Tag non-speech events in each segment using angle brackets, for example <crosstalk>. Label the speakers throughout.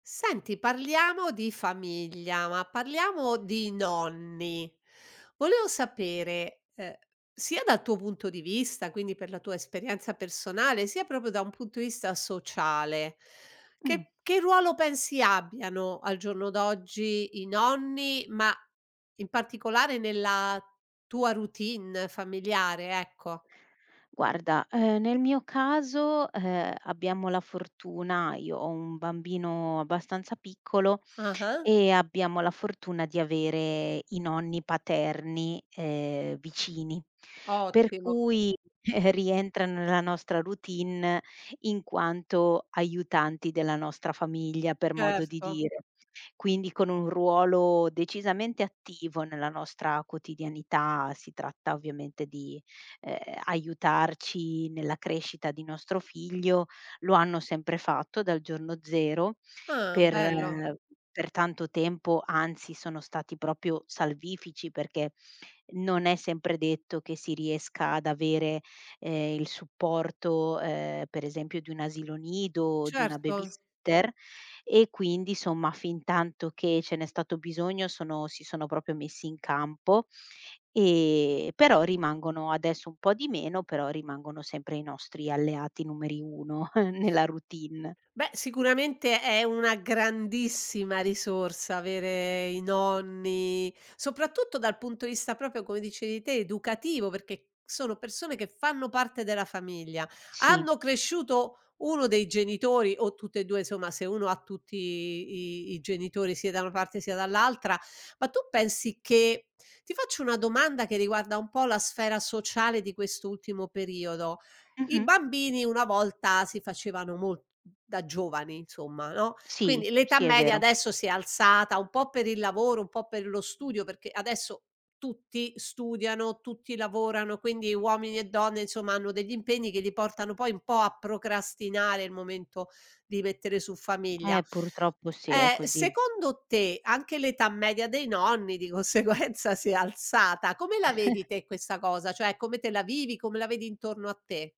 Speaker 1: Senti, parliamo di famiglia, ma parliamo di nonni. Volevo sapere, sia dal tuo punto di vista, quindi per la tua esperienza personale, sia proprio da un punto di vista sociale,
Speaker 2: Mh,
Speaker 1: che ruolo pensi abbiano al giorno d'oggi i nonni, ma in particolare nella tua routine familiare, ecco.
Speaker 2: Guarda, nel mio caso, abbiamo la fortuna, io ho un bambino abbastanza piccolo.
Speaker 1: Ah-ah.
Speaker 2: E abbiamo la fortuna di avere i nonni paterni vicini, per
Speaker 1: Ottimo,
Speaker 2: cui <laughs> rientrano nella nostra routine in quanto aiutanti della nostra famiglia, per modo di
Speaker 1: certo.
Speaker 2: dire. Quindi con un ruolo decisamente attivo nella nostra quotidianità. Si tratta ovviamente di, ehm, aiutarci nella crescita di nostro figlio, lo hanno sempre fatto dal giorno 0,
Speaker 1: Ah,
Speaker 2: per
Speaker 1: bello.
Speaker 2: eh, per tanto tempo, anzi sono stati proprio salvifici, perché non è sempre detto che si riesca ad avere, il supporto, per esempio, di un asilo nido o di una
Speaker 1: Certo.
Speaker 2: babysitter. E quindi, insomma, fintanto che ce n'è stato bisogno, sono si sono proprio messi in campo. Però rimangono adesso un po' di meno, però rimangono sempre i nostri alleati numeri 1 <laughs> nella routine.
Speaker 1: Beh, sicuramente è una grandissima risorsa avere i nonni, soprattutto dal punto di vista proprio, come dicevi te, educativo, perché sono persone che fanno parte della famiglia.
Speaker 2: Sì.
Speaker 1: Hanno cresciuto uno dei genitori o tutte e 2, insomma, se uno ha tutti i genitori sia da una parte sia dall'altra, ma tu pensi che ti faccio una domanda che riguarda un po' la sfera sociale di quest'ultimo periodo. I
Speaker 2: Mh-mh.
Speaker 1: bambini una volta si facevano mol da giovani insomma, no,
Speaker 2: Sì,
Speaker 1: quindi l'età
Speaker 2: sì, è
Speaker 1: media
Speaker 2: vero.
Speaker 1: adesso si è alzata un po' per il lavoro, un po' per lo studio, perché adesso tutti studiano, tutti lavorano, quindi uomini e donne insomma hanno degli impegni che li portano poi un po' a procrastinare il momento di mettere su famiglia.
Speaker 2: Purtroppo sì, è così.
Speaker 1: Secondo te anche l'età media dei nonni di conseguenza si è alzata. Come la vedi te questa cosa? Cioè come te la vivi, come la vedi intorno a te?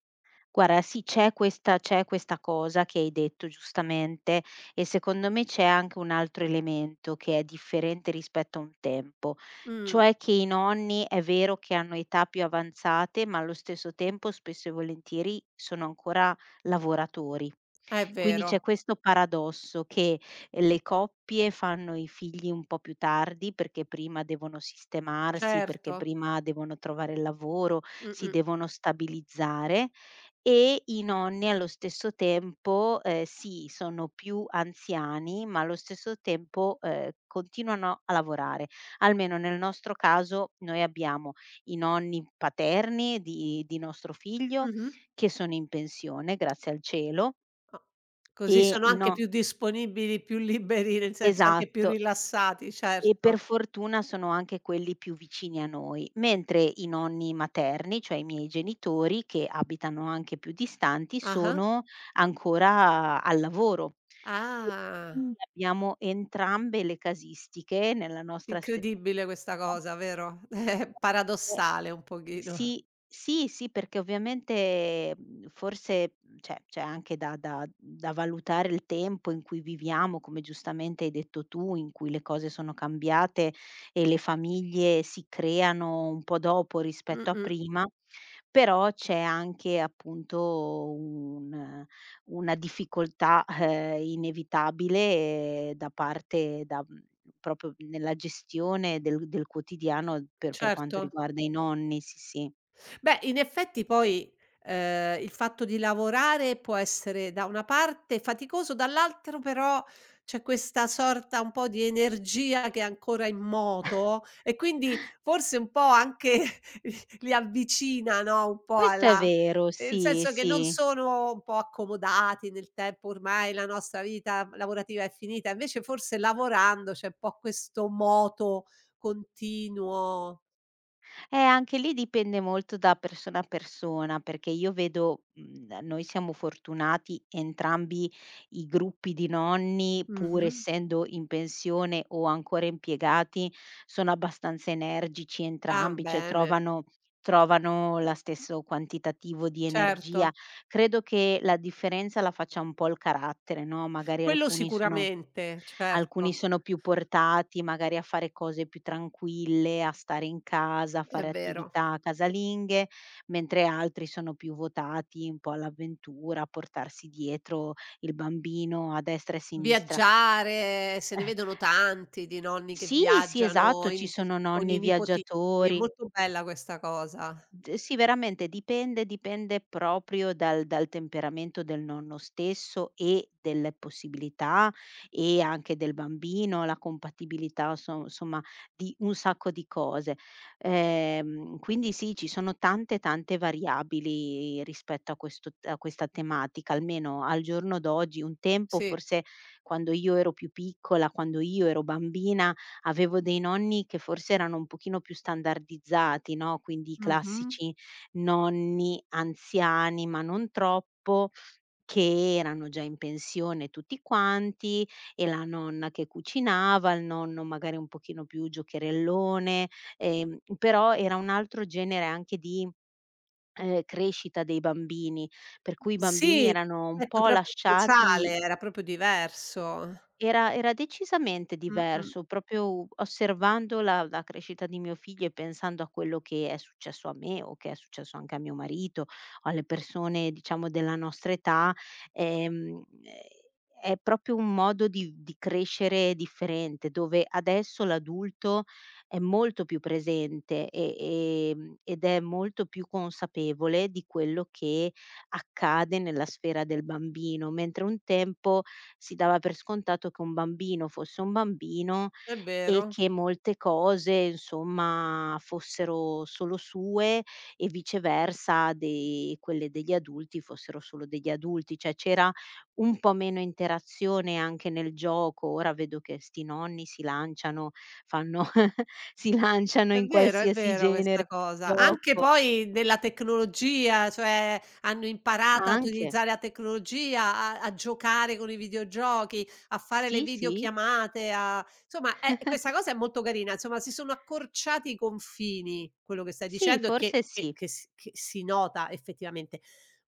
Speaker 2: Guarda, sì, c'è questa cosa che hai detto giustamente, e secondo me c'è anche un altro elemento che è differente rispetto a un tempo,
Speaker 1: Mh,
Speaker 2: cioè che i nonni, è vero che hanno età più avanzate, ma allo stesso tempo, spesso e volentieri, sono ancora lavoratori.
Speaker 1: è
Speaker 2: Quindi c'è
Speaker 1: vero,
Speaker 2: questo paradosso che, le coppie fanno i figli un po' più tardi, perché prima devono sistemarsi, perché
Speaker 1: certo.
Speaker 2: prima devono trovare il lavoro, si
Speaker 1: Mh-mh.
Speaker 2: devono stabilizzare. E i nonni, allo stesso tempo, sì, sono più anziani, ma allo stesso tempo, continuano a lavorare. Almeno nel nostro caso, noi abbiamo i nonni paterni di nostro figlio,
Speaker 1: Mh-mh.
Speaker 2: che sono in pensione, grazie al cielo.
Speaker 1: O così
Speaker 2: E
Speaker 1: sono
Speaker 2: i
Speaker 1: anche
Speaker 2: no
Speaker 1: più disponibili, più liberi, nel senso anche più
Speaker 2: Esatto.
Speaker 1: rilassati,
Speaker 2: E per
Speaker 1: certo.
Speaker 2: fortuna sono anche quelli più vicini a noi, mentre i nonni materni, cioè i miei genitori, che abitano anche più distanti,
Speaker 1: Ah-ah.
Speaker 2: sono ancora al lavoro.
Speaker 1: Ah,
Speaker 2: Mh. Abbiamo entrambe le casistiche nella nostra stessa
Speaker 1: incredibile questa
Speaker 2: casa.
Speaker 1: cosa, vero? <laughs> È paradossale un pochino.
Speaker 2: Sì, sì, sì, perché ovviamente, forse, cioè, c'è anche da valutare il tempo in cui viviamo, come giustamente hai detto tu, in cui le cose sono cambiate e le famiglie si creano un po' dopo rispetto a
Speaker 1: Mh-mh,
Speaker 2: prima. Però c'è anche, appunto, un una difficoltà, inevitabile, da parte da proprio nella gestione del quotidiano, per quanto
Speaker 1: certo.
Speaker 2: riguarda i nonni, sì, sì.
Speaker 1: Beh, in effetti poi, il fatto di lavorare può essere da una parte faticoso, dall'altro però c'è questa sorta un po' di energia che è ancora in moto e quindi forse un po' anche <laughs> li avvicina, no, un po'
Speaker 2: Questo è
Speaker 1: alla
Speaker 2: vero,
Speaker 1: nel
Speaker 2: sì,
Speaker 1: senso che non
Speaker 2: sì.
Speaker 1: sono un po' accomodati nel tempo, ormai la nostra vita lavorativa è finita, invece forse lavorando c'è un po' questo moto continuo.
Speaker 2: Anche lì dipende molto da persona a persona, perché io vedo, noi siamo fortunati, entrambi i gruppi di nonni, pur
Speaker 1: Mh-mh.
Speaker 2: essendo in pensione o ancora impiegati, sono abbastanza energici
Speaker 1: Ah,
Speaker 2: entrambi, cioè
Speaker 1: bene.
Speaker 2: trovano la stesso quantitativo di
Speaker 1: Certo,
Speaker 2: energia. Credo che la differenza la faccia un po' il carattere, no? Magari
Speaker 1: quello
Speaker 2: alcuni sono
Speaker 1: sicuramente,
Speaker 2: Alcuni
Speaker 1: certo,
Speaker 2: sono più portati magari a fare cose più tranquille, a stare in casa, a
Speaker 1: è
Speaker 2: fare
Speaker 1: vero.
Speaker 2: attività casalinghe, mentre altri sono più votati un po' all'avventura, a portarsi dietro il bambino a destra e a sinistra.
Speaker 1: Viaggiare, se ne
Speaker 2: Eh,
Speaker 1: vedono tanti di nonni che
Speaker 2: sì, sì,
Speaker 1: viaggiano
Speaker 2: esatto, ci
Speaker 1: in
Speaker 2: sono
Speaker 1: con
Speaker 2: nonni
Speaker 1: i nipotini, è
Speaker 2: viaggiatori.
Speaker 1: molto bella questa cosa.
Speaker 2: D sì, veramente dipende proprio dal temperamento del nonno stesso e delle possibilità, e anche del bambino, la compatibilità, somma di un sacco di cose. Quindi sì, ci sono tante, tante variabili rispetto a questo a questa tematica, almeno al giorno d'oggi. Un tempo,
Speaker 1: Sì,
Speaker 2: forse, quando io ero più piccola, quando io ero bambina, avevo dei nonni che forse erano un pochino più standardizzati, no? Quindi i
Speaker 1: mh-mh.
Speaker 2: classici nonni anziani, ma non troppo, che erano già in pensione tutti quanti, e la nonna che cucinava, il nonno magari un pochino più giocherellone. Però era un altro genere anche di, crescita dei bambini, per cui i bambini
Speaker 1: Sì,
Speaker 2: erano un
Speaker 1: l'aspetto
Speaker 2: po'
Speaker 1: proprio
Speaker 2: lasciati.
Speaker 1: sociale era proprio diverso.
Speaker 2: Era decisamente
Speaker 1: Mh-mh,
Speaker 2: diverso, proprio osservando la crescita di mio figlio e pensando a quello che è successo a me, o che è successo anche a mio marito, o alle persone, diciamo, della nostra età. ehm, è proprio un modo di crescere differente, dove adesso l'adulto è molto più presente ed è molto più consapevole di quello che accade nella sfera del bambino, mentre un tempo si dava per scontato che un bambino fosse un bambino,
Speaker 1: è
Speaker 2: e
Speaker 1: vero.
Speaker 2: che molte cose, insomma, fossero solo sue, e viceversa de quelle degli adulti fossero solo degli adulti. Cioè c'era un po' meno interazione anche nel gioco. Ora vedo che 'sti nonni si lanciano, fanno <laughs> si lanciano
Speaker 1: È
Speaker 2: in
Speaker 1: vero, è
Speaker 2: qualsiasi
Speaker 1: vero
Speaker 2: genere
Speaker 1: questa
Speaker 2: di
Speaker 1: cosa. Anche
Speaker 2: gioco.
Speaker 1: poi della tecnologia, cioè hanno imparato a
Speaker 2: Anche.
Speaker 1: utilizzare la tecnologia, a giocare con i videogiochi, a fare le
Speaker 2: Sì, sì.
Speaker 1: videochiamate, a insomma, questa cosa è molto carina, insomma si sono accorciati i confini, quello che stai
Speaker 2: Sì,
Speaker 1: dicendo e
Speaker 2: forse sì.
Speaker 1: che si nota effettivamente.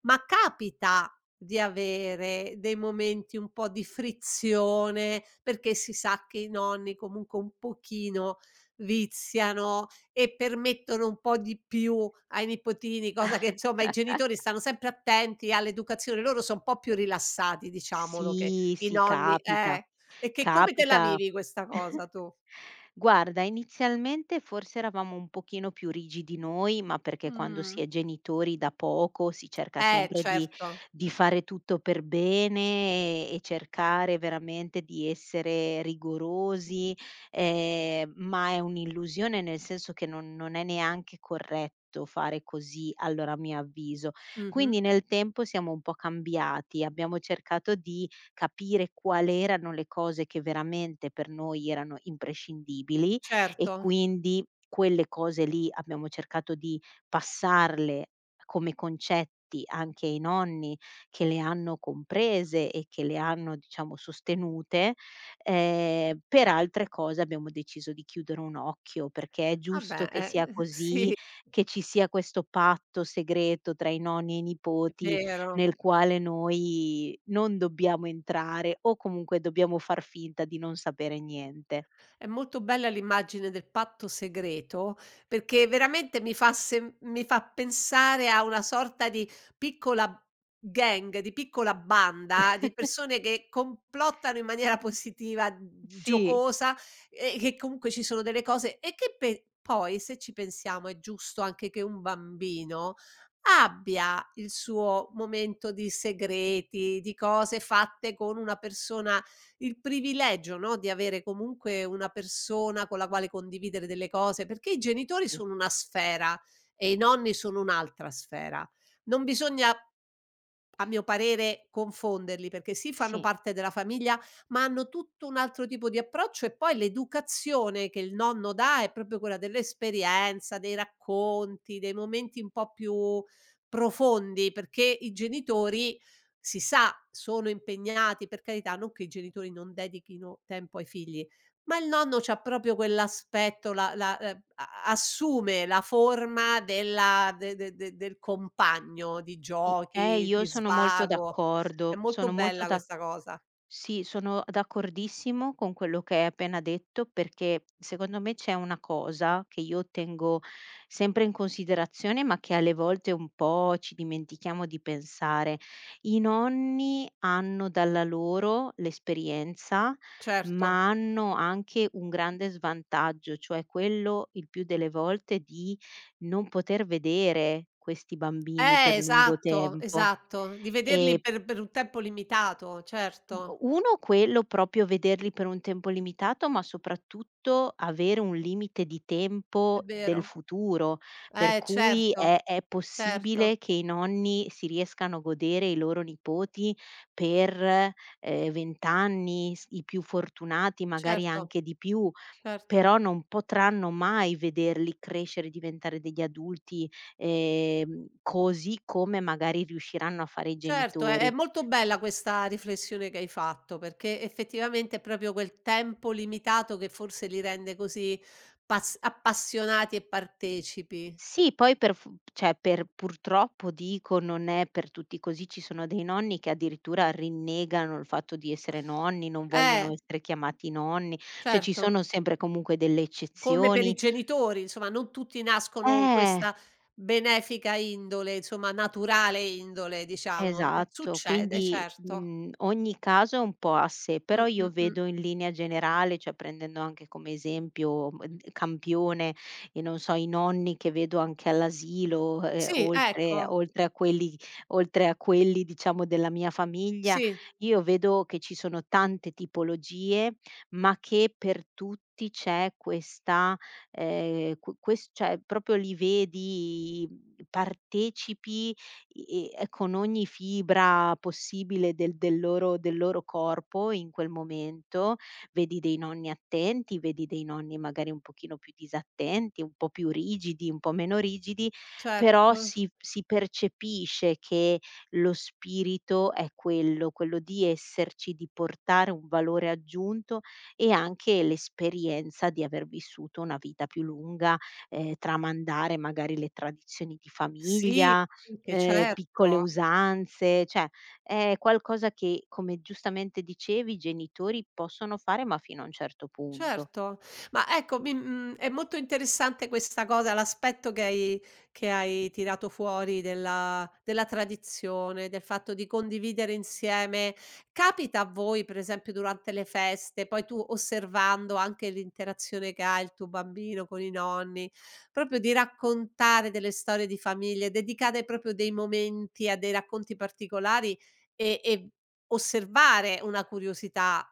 Speaker 1: Ma capita di avere dei momenti un po' di frizione, perché si sa che i nonni comunque un pochino viziano e permettono un po' di più ai nipotini, cosa che insomma i genitori stanno sempre attenti all'educazione, loro so' un po' più rilassati diciamolo che
Speaker 2: Sì,
Speaker 1: i
Speaker 2: sì,
Speaker 1: nonni
Speaker 2: capita,
Speaker 1: e che come te la
Speaker 2: capita.
Speaker 1: vivi questa cosa
Speaker 2: <laughs>
Speaker 1: tu?
Speaker 2: Guarda, inizialmente forse eravamo un pochino più rigidi noi, ma perché quando si
Speaker 1: Mh.
Speaker 2: è genitori da poco si cerca
Speaker 1: Eh
Speaker 2: sempre di
Speaker 1: certo,
Speaker 2: di fare tutto per bene e cercare veramente di essere rigorosi. Ma è un'illusione, nel senso che non è neanche corretto fare così, allora, a mio avviso.
Speaker 1: mh-mh,
Speaker 2: Quindi nel tempo siamo un po' cambiati, abbiamo cercato di capire quali erano le cose che veramente per noi erano imprescindibili, e
Speaker 1: certo.
Speaker 2: quindi quelle cose lì abbiamo cercato di passarle come concetti anche ai nonni, che le hanno comprese e che le hanno, diciamo, sostenute. Per altre cose abbiamo deciso di chiudere un occhio, perché è giusto
Speaker 1: Vabbè,
Speaker 2: che sia
Speaker 1: <laughs>
Speaker 2: così,
Speaker 1: sì,
Speaker 2: che ci sia questo patto segreto tra i nonni e i
Speaker 1: è
Speaker 2: nipoti,
Speaker 1: vero.
Speaker 2: nel quale noi non dobbiamo entrare, o comunque dobbiamo far finta di non sapere niente.
Speaker 1: È molto bella l'immagine del patto segreto, perché veramente mi fa pensare a una sorta di piccola gang, di piccola banda di persone che complottano in maniera positiva,
Speaker 2: Sì.
Speaker 1: giocosa e che comunque ci sono delle cose e che pe poi se ci pensiamo è giusto anche che un bambino abbia il suo momento di segreti, di cose fatte con una persona il privilegio, no, di avere comunque una persona con la quale condividere delle cose, perché i genitori
Speaker 2: Sì,
Speaker 1: sono una sfera e i nonni sono un'altra sfera. Non bisogna a mio parere confonderli, perché sì fanno
Speaker 2: sì.
Speaker 1: parte della famiglia, ma hanno tutto un altro tipo di approccio e poi l'educazione che il nonno dà è proprio quella dell'esperienza, dei racconti, dei momenti un po' più profondi, perché i genitori si sa, sono impegnati, per carità, non che i genitori non dedichino tempo ai figli, ma il nonno c'ha proprio quell'aspetto, la la a assume la forma della de de de del compagno di
Speaker 2: I
Speaker 1: giochi,
Speaker 2: io
Speaker 1: di
Speaker 2: sono molto
Speaker 1: svago. È
Speaker 2: d'accordo,
Speaker 1: molto
Speaker 2: sono molto
Speaker 1: bella
Speaker 2: d'ac
Speaker 1: questa cosa.
Speaker 2: Sì, sono d'accordissimo con quello che hai appena detto, perché secondo me c'è una cosa che io tengo sempre in considerazione, ma che alle volte un po' ci dimentichiamo di pensare. I nonni hanno dalla loro l'esperienza,
Speaker 1: Certo.
Speaker 2: ma hanno anche un grande svantaggio, cioè quello, il più delle volte, di non poter vedere questi bambini per lungo
Speaker 1: Esatto,
Speaker 2: tempo.
Speaker 1: esatto. Di vederli per un tempo limitato,
Speaker 2: Mhmm,
Speaker 1: certo,
Speaker 2: u uno quello, proprio, vederli per un tempo limitato, ma soprattutto avere un limite di
Speaker 1: è
Speaker 2: tempo del
Speaker 1: vero.
Speaker 2: futuro, per cui
Speaker 1: Certo,
Speaker 2: è
Speaker 1: certo,
Speaker 2: possibile che i nonni si riescano a godere i loro nipoti per, 20 anni, s i più fortunati magari
Speaker 1: certo,
Speaker 2: anche di più,
Speaker 1: certo.
Speaker 2: però non potranno mai vederli crescere e diventare degli adulti, così come magari riusciranno a fare i
Speaker 1: Certo, è
Speaker 2: genitori.
Speaker 1: molto bella questa riflessione che hai fatto, perché effettivamente è proprio quel tempo limitato che forse li rende così pas appassionati e partecipi.
Speaker 2: Sì, poi, per f cioè, per purtroppo dico, non è per tutti così. Ci sono dei nonni che addirittura rinnegano il fatto di essere nonni, non vogliono
Speaker 1: Eh,
Speaker 2: essere chiamati nonni, cioè ci
Speaker 1: certo,
Speaker 2: sono sempre comunque delle
Speaker 1: come per
Speaker 2: eccezioni.
Speaker 1: i genitori, insomma, non tutti nascono con
Speaker 2: Eh!
Speaker 1: questa benefica indole, insomma, naturale indole, diciamo.
Speaker 2: Esatto,
Speaker 1: Succede,
Speaker 2: quindi,
Speaker 1: certo.
Speaker 2: ogni caso è un po' a sé,
Speaker 1: Mh,
Speaker 2: però io
Speaker 1: mh, mh.
Speaker 2: vedo in linea generale, cioè prendendo anche come esempio, campione, e non so, i nonni che vedo anche all'asilo,
Speaker 1: Sì,
Speaker 2: oltre
Speaker 1: ecco,
Speaker 2: oltre a quelli oltre a quelli diciamo, della mia famiglia.
Speaker 1: sì,
Speaker 2: Io vedo che ci sono tante tipologie, ma che per tutti c'è questa, que ques cioè, proprio li vedi, partecipi, i e con ogni fibra possibile del loro corpo in quel momento. Vedi dei nonni attenti, vedi dei nonni magari un pochino più disattenti, un po' più rigidi, un po' meno rigidi, però
Speaker 1: certo.
Speaker 2: si percepisce che lo spirito è quello, quello di esserci, di portare un valore aggiunto, e anche l'esperienza di aver vissuto una vita più lunga. Tramandare magari le tradizioni di
Speaker 1: Sì,
Speaker 2: famiglia,
Speaker 1: che
Speaker 2: piccole
Speaker 1: certo.
Speaker 2: usanze, cioè, è qualcosa che, come giustamente dicevi, i genitori possono fare, ma fino a un certo punto.
Speaker 1: Certo, ma ecco è molto interessante questa cosa, l'aspetto che hai tirato fuori della tradizione, del fatto di condividere insieme. Capita a voi, per esempio, durante le feste, poi tu osservando anche l'interazione che ha il tuo bambino con i nonni, proprio di raccontare delle storie di famiglie, dedicare proprio dei momenti a dei racconti particolari e osservare una curiosità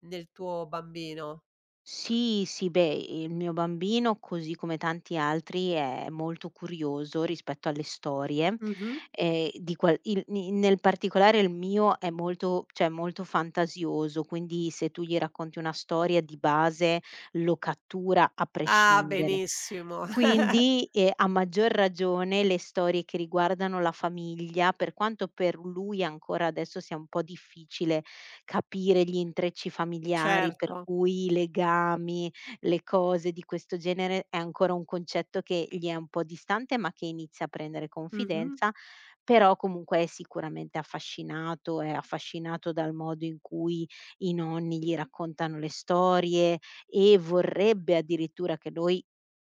Speaker 1: nel tuo bambino?
Speaker 2: Sì, sì, beh, il mio bambino, così come tanti altri, è molto curioso rispetto alle storie.
Speaker 1: Mh-mh.
Speaker 2: Di qual il ni nel particolare, il mio è molto, cioè, molto fantasioso, quindi se tu gli racconti una storia di base lo cattura a
Speaker 1: Ah,
Speaker 2: prescindere.
Speaker 1: benissimo. <laughs>
Speaker 2: Quindi, a maggior ragione, le storie che riguardano la famiglia, per quanto per lui ancora adesso sia un po' difficile capire gli intrecci familiari, per
Speaker 1: Certo.
Speaker 2: cui i legami, le cose di questo genere è ancora un concetto che gli è un po' distante, ma che inizia a prendere
Speaker 1: Mh-mh.
Speaker 2: confidenza. Però comunque è sicuramente affascinato, è affascinato dal modo in cui i nonni gli raccontano le storie, e vorrebbe addirittura che noi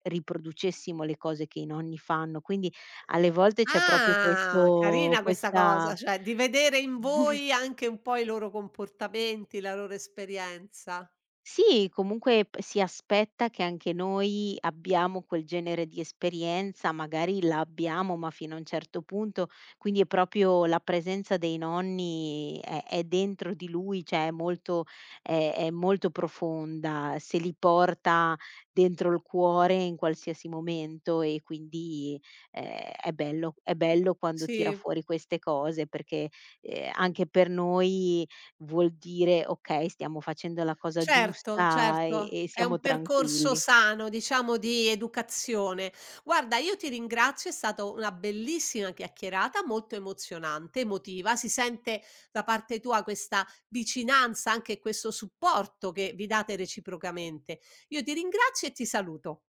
Speaker 2: riproducessimo le cose che i nonni fanno. Quindi alle volte c'è proprio
Speaker 1: Ah,
Speaker 2: questo
Speaker 1: carina questa
Speaker 2: questa
Speaker 1: cosa, cioè di
Speaker 2: s
Speaker 1: vedere in voi anche un po' i loro comportamenti, la loro esperienza.
Speaker 2: Sì, comunque p si aspetta che anche noi abbiamo quel genere di esperienza, magari la abbiamo, ma fino a un certo punto. Quindi è proprio la presenza dei nonni è dentro di lui, cioè è molto, è molto profonda, se li porta dentro il cuore in qualsiasi momento. E quindi, ehm, è bello quando tira
Speaker 1: Sì.
Speaker 2: fuori queste cose, perché, anche per noi vuol dire: "Okay, stiamo facendo la cosa
Speaker 1: Certo,
Speaker 2: giusta e
Speaker 1: certo,
Speaker 2: e
Speaker 1: è
Speaker 2: siamo
Speaker 1: un percorso
Speaker 2: tranquilli."
Speaker 1: sano, diciamo, di educazione. Guarda, io ti ringrazio, è stato una bellissima chiacchierata, molto emozionante, emotiva. Si sente da parte tua questa vicinanza, anche questo supporto che vi date reciprocamente. Io ti ringrazio e ti saluto.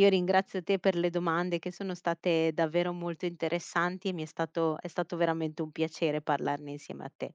Speaker 2: Io ringrazio te per le domande che sono state davvero molto interessanti, e mi è stato veramente un piacere parlarne insieme a te.